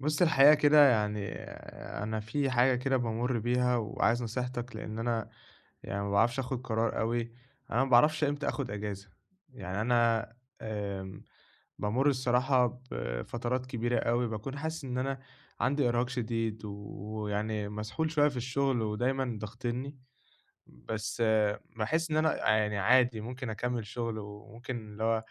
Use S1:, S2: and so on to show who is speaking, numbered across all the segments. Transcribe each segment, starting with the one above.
S1: بُص الحقيقة كده يعني أنا في حاجة كده بامُر بيها وعايز نصيحتك، لإن أنا يعني ما باعرفش آخُد قرار أوي، أنا ما باعرفش إمتى آخُد إجازة، يعني أنا آمم بامُر الصراحة بفترات كبيرة أوي باكون حاسس إن أنا عندي إرهاق شديد ويعني مسحول شوية في الشغل ودايمًا ضاغطنّي، بس باحس إن أنا يعني عادي ممكن أكمّل شغل وممكن اللي هو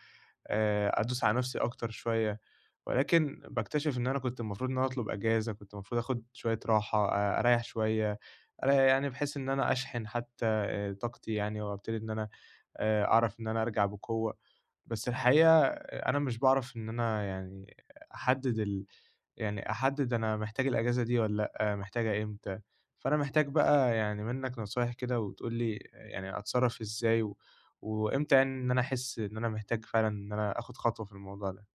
S1: أدوس على نفسي أكتر شوية، ولكن باكتشف إن أنا كنت المفروض إن أنا أطلب أجازة، كنت المفروض آخد شوية راحة، أريّح شوية، يعني بحيث إن أنا أشحن حتى طاقتي يعني وأبتدي إن أنا أعرف إن أنا أرجع بقوة. بس الحقيقة أنا مش باعرف إن أنا يعني أحدد ال يعني أحدد أنا محتاج الأجازة دي والّا لأ، آه، محتاجها إمتى، فأنا محتاج بقى يعني منّك نصايح كده وتقول لي يعني أتصرّف إزاي، وإمتى يعني إن أنا أحس إن أنا محتاج فعلًا إن أنا آخُد خطوة في الموضوع ده؟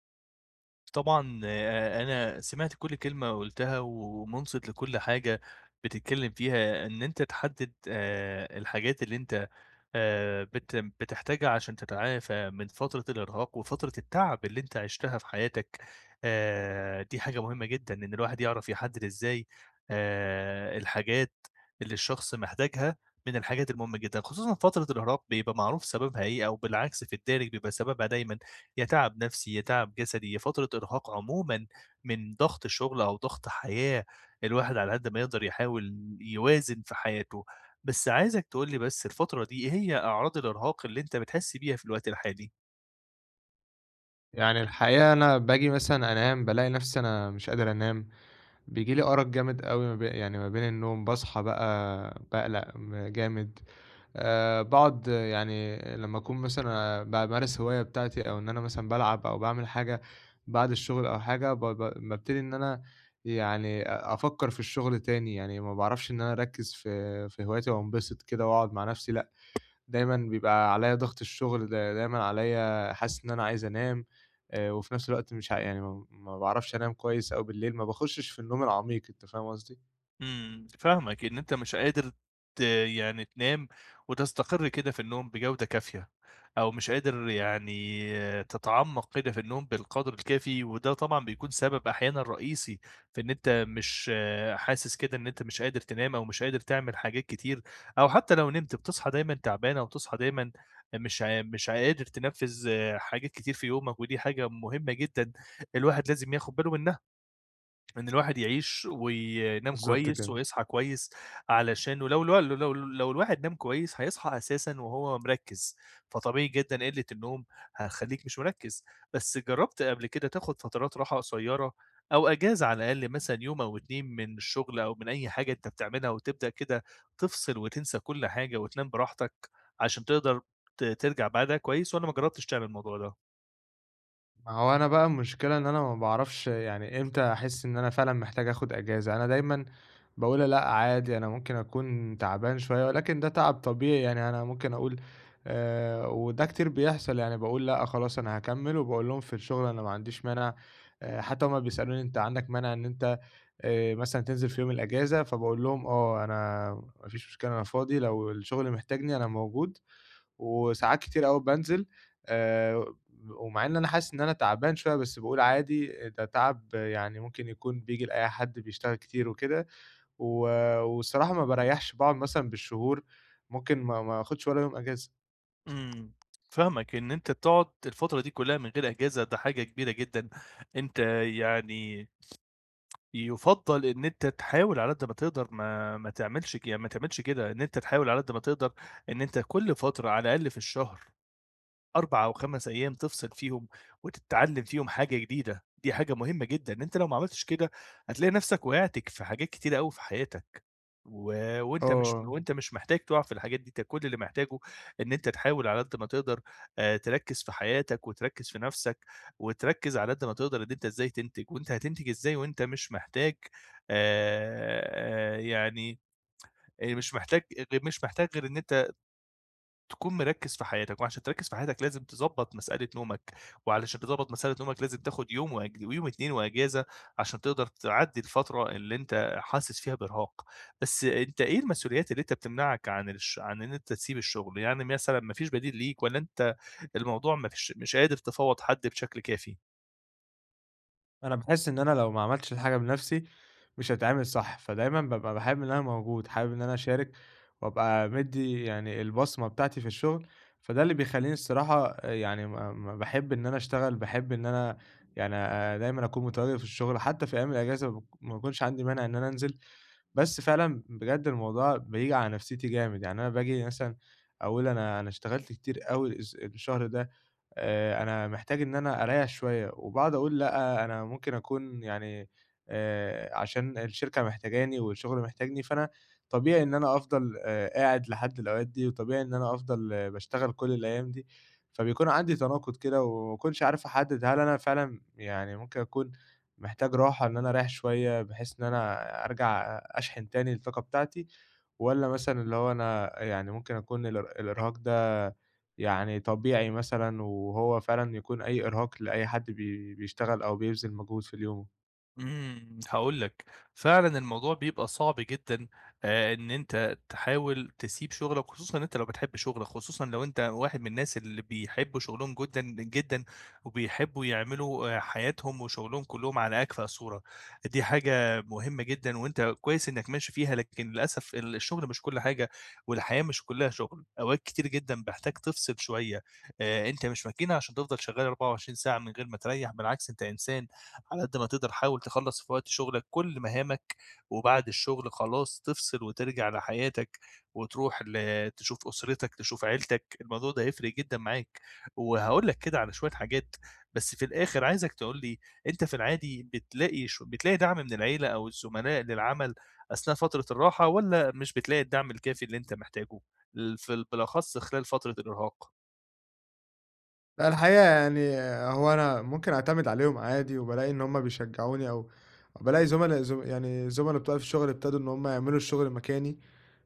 S2: طبعًا أنا سمعت كل كلمة قُلتها ومُنصِت لكل حاجة بتتكلّم فيها، إن أنت تحدّد الحاجات اللي أنت بت بتحتاجها عشان تتعافى من فترة الإرهاق وفترة التعب اللي أنت عِشتها في حياتك. دي حاجة مهمة جدًا، إن الواحد يعرف يحدّد إزاي الحاجات اللي الشخص محتاجها من الحاجات المهمة جدًا، خصوصًا فترة الإرهاق بيبقى معروف سببها إيه أو بالعكس في الدارج بيبقى سببها دايمًا يا تعب نفسي، يا تعب جسدي، يا فترة إرهاق عمومًا من ضغط شغل أو ضغط حياة. الواحد على قد ما يقدر يحاول يوازن في حياته، بس عايزك تقول لي بس الفترة دي إيه هي أعراض الإرهاق اللي أنت بتحس بيها في الوقت الحالي؟
S1: يعني الحقيقة أنا باجي مثلًا أنام، بالاقي نَفْسي أنا مش قادر أنام، بييجي لي أرق جامد أوي ما بي يعني ما بين النوم، باصحى بقى باقلق م جامد. باقعد يعني لمّا أكون مثلًا بامارس هواية بتاعتي أو إن أنا مثلًا بالعب أو باعمل حاجة بعد الشغل أو حاجة، ب ب بابتدي إن أنا يعني أفكّر في الشغل تاني، يعني ما باعرفش إن أنا أركّز في هواياتي وانبسط كده وأقعد مع نفسي لأ، دايمًا بيبقى عليّا ضغط الشغل، دا دايمًا عليّا حاسس إن أنا عايز أنام، وفي نفس الوقت مش ع يعني ما ما باعرفش أنام كويس أوي بالليل، ما باخشش في النوم العميق، أنت فاهم قصدي؟
S2: إمم، فاهمك، إن أنت مش قادر يعني تنام وتستقر كده في النوم بجودة كافية، أو مش قادر يعني تتعمّق كده في النوم بالقدر الكافي، وده طبعًا بيكون سبب أحيانًا رئيسي في إن أنت مش آه، حاسس كده إن أنت مش قادر تنام أو مش قادر تعمل حاجات كتير، أو حتى لو نمت بتصحى دايمًا تعبان أو بتصحى دايمًا مش قادر تنفّذ آه، حاجات كتير في يومك، ودي حاجة مهمة جدًا الواحد لازم ياخد باله منها. إن الواحد يعيش وينام
S1: بالضبط
S2: كويس
S1: كده.
S2: ويصحى كويس، علشان ولو الوا لو لو الواحد نام كويس هيصحى أساسًا وهو مركّز، فطبيعي جدًا قلة النوم هتخلّيك مش مركّز. بس جرّبت قبل كده تاخد فترات راحة قصيّرة أو إجازة على الأقل مثلًا يوم أو 2 من الشغل أو من أي حاجة أنت بتعملها وتبدأ كده تفصل وتنسى كل حاجة وتنام براحتك، عشان تقدر ترجع بعدها كويس والّا ما جرّبتش تعمل الموضوع ده؟
S1: ما هو أنا بقى المشكلة إن أنا ما باعرفش يعني إمتى أحس إن أنا فعلًا محتاج آخُد أجازة، أنا دايمًا باقول لأ عادي أنا ممكن أكون تعبان شوية ولكن ده تعب طبيعي يعني أنا ممكن أقول وده كتير بيحصل يعني باقول لأ خلاص أنا هاكمّل وباقول لهم في الشغل أنا ما عنديش مانع حتى هُم بيسألوني أنت عندك مانع إن أنت مثلًا تنزل في يوم الأجازة، فباقول لهم آه، أنا ما فيش مشكلة أنا فاضي لو الشغل محتاجني أنا موجود. وساعات كتير أوي بانزل آآ، ومع إن أنا حاسس إن أنا تعبان شوية، بس باقول عادي ده تعب يعني ممكن يكون بييجي لأي حد بيشتغل كتير وكده، و والصراحة ما باريّحش، باقعد مثلًا بالشهور، ممكن ما آخدش ولا يوم أجازة.
S2: إمم، فاهمك، إن أنت تقعد الفترة دي كلّها من غير أجازة ده حاجة كبيرة جدًا. أنت يعني يُفضّل إن أنت تحاول على قد ما تقدر ما ما تعملش ك يعني ما تعملش كده، إن أنت تحاول على قد ما تقدر إن أنت كل فترة على الأقل في الشهر 4 أو 5 أيام تفصل فيهم وتتعلم فيهم حاجة جديدة. دي حاجة مهمة جدًا، أنت لو ما عملتش كده هتلاقي نفسك وقعت في حاجات كتيرة أوي في حياتك، و وأنت مش
S1: آه.
S2: وأنت مش محتاج تقع في الحاجات دي، أنت كل اللي محتاجه إن أنت تحاول على قد ما تقدر تركّز في حياتك وتركّز في نفسك، وتركّز على قد ما تقدر إن أنت إزاي تنتج، وأنت هتنتج إزاي وأنت مش محتاج يعني مش محتاج غ مش محتاج غير إن أنت تكون مركّز في حياتك، وعشان تركّز في حياتك لازم تضبّط مسألة نومك، وعلشان تضبّط مسألة نومك لازم تاخد يوم ويوم 2 وإجازة عشان تقدر تعدّي الفترة اللي أنت حاسس فيها بإرهاق. بس أنت إيه المسؤوليات اللي أنت بتمنعك عن إن أنت تسيب الشغل؟ يعني مثلًا ما فيش بديل ليك والّا أنت الموضوع ما فيش مش قادر تفاوض حد بشكل كافي؟
S1: أنا باحس إن أنا لو ما عملتش الحاجة بنفسي، مش هتتعمل صح، فدايمًا بابقى باحب إن أنا موجود، حابب إن أنا أشارك، وأبقى مدّي يعني البصمة بتاعتي في الشغل، فده اللي بيخلّيني الصراحة يعني ما باحب إن أنا أشتغل، باحب إن أنا يعني دايمًا أكون متواجد في الشغل، حتى في أيام الأجازة ما باكونش عندي مانع إن أنا أنزل، بس فعلًا بجد الموضوع بييجي على نفسيتي جامد، يعني أنا باجي مثلًا أقول أنا اشتغلت كتير أوي الشهر ده، أنا محتاج إن أنا أريّح شوية، وباقعد أقول لأ، أنا ممكن أكون يعني عشان الشركة محتاجاني والشغل محتاجني، فأنا طبيعي إن أنا أفضل قاعد لحد الأوقات دي، وطبيعي إن أنا أفضل باشتغل كل الأيام دي، فبيكون عندي تناقض كده وما اكونش عارف أحدد هل أنا فعلًا يعني ممكن أكون محتاج راحة إن أنا أريّح شوية بحيث إن أنا أرجع أشحن تاني الطاقة بتاعتي، والّا مثلًا اللي هو أنا يعني ممكن أكون الإرهاق ده يعني طبيعي مثلًا، وهو فعلًا يكون أي إرهاق لأي حد بيشتغل أو بيبذل مجهود في اليوم؟
S2: إمم، هاقول لك، فعلًا الموضوع بيبقى صعب جدًا، إن أنت تحاول تسيب شغلك، خصوصًا إن أنت لو بتحب شغلك، خصوصًا لو أنت واحد من الناس اللي بيحبوا شغلهم جدًا، جدًا، وبيحبوا يعملوا آه، حياتهم وشغلهم كلّهم على أكفأ صورة. دي حاجة مهمة جدًا وأنت كويس إنك ماشي فيها، لكن للأسف الشغل مش كل حاجة، والحياة مش كلّها شغل، أوقات كتير جدًا باحتاج تفصل شوية. أنت مش ماكينة عشان تفضل شغال 24 ساعة من غير ما تريّح، بالعكس أنت إنسان، على قد ما تقدر حاول تخلّص في وقت شغلك كل مهامك، وبعد الشغل خلاص تفصل وترجع لحياتك، وتروح تشوف أسرتك، تشوف عيلتك، الموضوع ده هيفرق جدًا معاك. وهاقول لك كده على شوية حاجات، بس في الآخر عايزك تقول لي أنت في العادي بتلاقي دعم من العيلة أو الزملاء للعمل أثناء فترة الراحة، والّا مش بتلاقي الدعم الكافي اللي أنت محتاجه؟ ال في ال بالأخص خلال فترة الإرهاق.
S1: لأ الحقيقة يعني هو أنا ممكن أعتمد عليهم عادي، وبالاقي إن هُم بيشجعوني أو بالاقي زملا زم يعني زملا بتوعي في الشغل ابتدوا إن هُم يعملوا الشغل مكاني،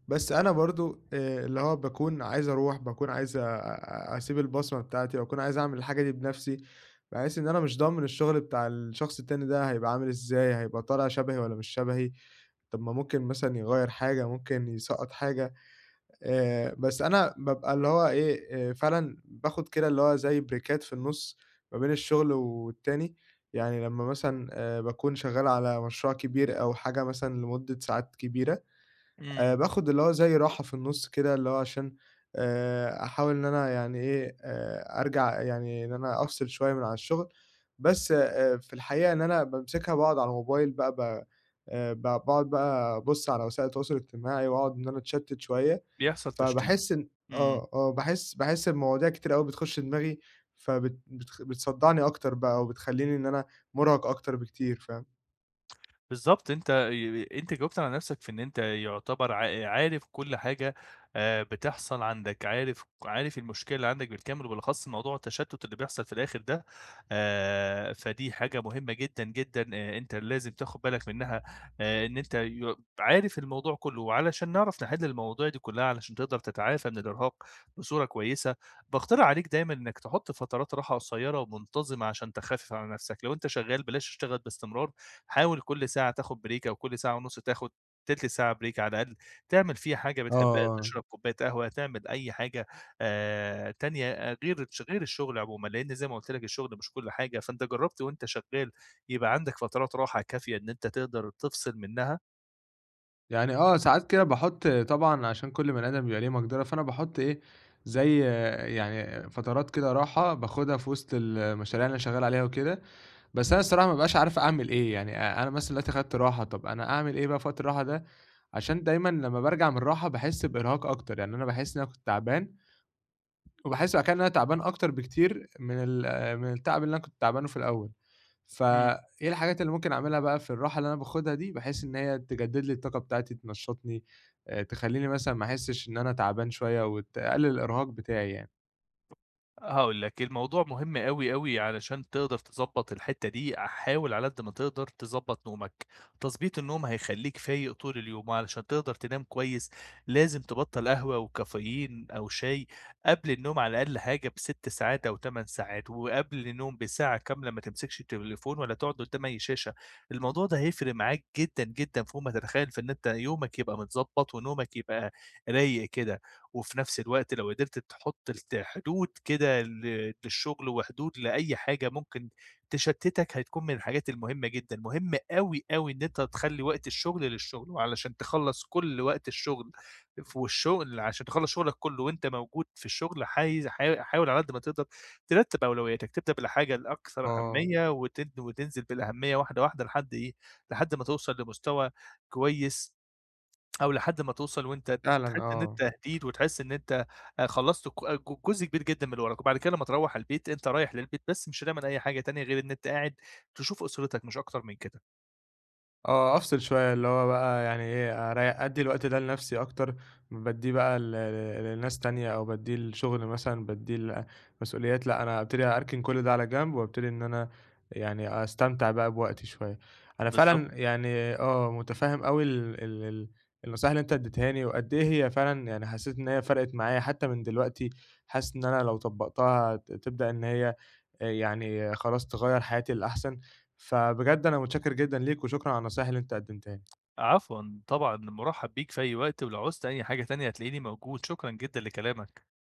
S1: بس أنا برضه اللي هو باكون عايز أروح، باكون عايز أ أ أسيب البصمة بتاعتي، باكون عايز أعمل الحاجة دي بنفسي، بحيث إن أنا مش ضامن الشغل بتاع الشخص التاني ده هيبقى عامل إزاي، هيبقى طالع شبهي والّا مش شبهي. طب ما ممكن مثلًا يغيّر حاجة، ممكن يسقّط حاجة، بس أنا بابقى اللي هو إيه، فعلًا باخد كده اللي هو زي بريكات في النُص ما بين الشغل والتاني، يعني لمّا مثلًا باكون شغّال على مشروع كبير أو حاجة مثلًا لمدة ساعات كبيرة
S2: إمم.
S1: باخد اللي هو زي راحة في النُص كده، اللي هو عشان أحاول إن أنا يعني إيه، أرجع يعني إن أنا أفصل شوية من على الشُغل، بس في الحقيقة إن أنا بامسكها باقعد على الموبايل بقى ب ب باقعد بقى أبُص على وسائل التواصل الاجتماعي وأقعد إن أنا أتشتِّت شوية،
S2: بيحصل تشتيت.
S1: فباحس إن
S2: إمم.
S1: باحس بمواضيع كتير أوي بتخُش دماغي، فبت بتخ بتصدّعني أكتر بقى وبتخلّيني إن أنا مُرهَق أكتر بكتير، فاهم؟
S2: بالضبط، أنت جاوبت على نَفْسك في إن أنت يُعتبر عارف كل حاجة بتحصل عندك، عارف المشكلة اللي عندك بالكامل، وبالأخص موضوع التشتُّت اللي بيحصل في الآخِر ده. فدي حاجة مهمة جدًا، جدًا، أنت لازم تاخُد بالك منّها، إن أنت عارف الموضوع كُلّه، وعلشان نعرف نحِل المواضيع دي كُلّها علشان تقدر تتعافى من الإرهاق بصورة كويسة. باقترح عليك دايمًا إنّك تحُط فترات راحة قصيّرة ومنتظمة عشان تخفِّف على نَفْسك، لو أنت شغّال بلاش تشتغل باستمرار، حاول كل ساعة تاخد بريك أو كل ساعة ونُص تاخد تِلت ساعة بريك على الأقل، تعمل فيها حاجة
S1: آه،
S2: بتحبها،
S1: آه.
S2: تشرب كوباية قهوة، تعمل أي حاجة تانية آه، غير الشغل عمومًا، لإن زي ما قُلت لك الشغل مش كل حاجة. فأنت جرّبت وأنت شغال يبقى عندك فترات راحة كافية إن أنت تقدر تفصل منها؟
S1: يعني آه، ساعات كده باحُط طبعًا عشان كل بني آدم بيبقى ليه مقدرة، فأنا باحُط إيه، زي آه، يعني فترات كده راحة باخدها في وسط المشاريع اللي أنا شغّال عليها وكده، بس أنا الصراحة ما بابقاش عارف أعمل إيه، يعني أنا مثلًا دلوقتي خدت راحة، طَب أنا أعمل إيه بقى في وقت الراحة ده؟ عشان دايمًا لمّا بارجع من الراحة باحس بإرهاق أكتر، يعني أنا باحس إن أنا كنت تعبان وباحس بعد كده إن أنا تعبان أكتر بكتير من التعب اللي أنا كنت تعبانه في الأول،
S2: إمم.
S1: فإيه الحاجات اللي ممكن أعملها بقى في الراحة اللي أنا باخدها دي، بحيث إن هي تجدد لي الطاقة بتاعتي، تنشّطني، تخلّيني مثلًا ما أحسش إن أنا تعبان شوية وتقلل الإرهاق بتاعي يعني.
S2: هاقول لك، الموضوع مهم أوي، أوي علشان تقدر تضبّط الحتّة دي، حاول على قد ما تقدر تضبّط نومك، تضبيط النوم هيخلّيك فايق طول اليوم، وعلشان تقدر تنام كويس لازم تبطّل قهوة وكافيين أو شاي قبل النوم على الأقل حاجة ب6 ساعات أو 8 ساعات، وقبل النوم بساعة كاملة ما تمسكش التليفون ولا تقعد قدّام أي شاشة، الموضوع ده هيفرق معاك جدًا، جدًا فوق ما تتخيّل في إن أنت يومك يبقى متضبّط ونومك يبقى رايق كده. وفي نفس الوقت لو قدرت تحط حدود كده للشغل وحدود لأي حاجة ممكن تشتتك، هتكون من الحاجات المهمة جدًا، مهم أوي، أوي إن أنت تخلّي وقت الشغل للشغل، وعلشان تخلّص كل وقت الشغل ف والشغل عشان تخلّص شغلك كله وأنت موجود في الشغل حايز حا حاول على قد ما تقدر ترتّب أولوياتك، تبدأ بالحاجة الأكثر
S1: آه،
S2: أهمية وتنزل بالأهمية واحدة، واحدة لحد إيه، لحد ما توصل لمستوى كويس أو لحد ما توصل وأنت
S1: فعلًا
S2: تحس إن
S1: آه.
S2: أنت هديت وتحس إن أنت خلّصت ك آه، ج جزء كبير جدًا من اللي وراك، وبعد كده لمّا تروّح البيت أنت رايح للبيت بس مش رامي أي حاجة تانية غير إن أنت قاعد تشوف أسرتك مش أكتر من كده.
S1: آه، أفصل شوية، اللي هو بقى يعني إيه، أدّي الوقت ده لنفسي أكتر، بادّيه بقى ل ل لناس تانية أو بادّيه للشغل مثلًا، بادّيه لمسؤوليات، لأ، أنا أبتدي أركن كل ده على جنب وأبتدي إن أنا يعني أستمتع بقى بوقتي شوية. أنا
S2: بالضبط،
S1: فعلًا يعني آه، مُتفهِّم أوي ال ال ال النصايح اللي أنت ادّيتهاني وقد إيه هي فعلًا يعني حسّيت إن هي فرقِت معايا حتّى من دلوقتي، حاسس إن أنا لو طبّقتها تبدأ إن هي يعني خلاص تغيّر حياتي للأحسن. فبجد أنا متشكر جدًا ليك، وشكرًا على النصايح اللي أنت قدّمتها لي.
S2: عفوًا طبعًا، مُرحّب بيك في أي وقت، ولو عُزت أي حاجة تانية هتلاقيني موجود، شكرًا جدًا لكلامك.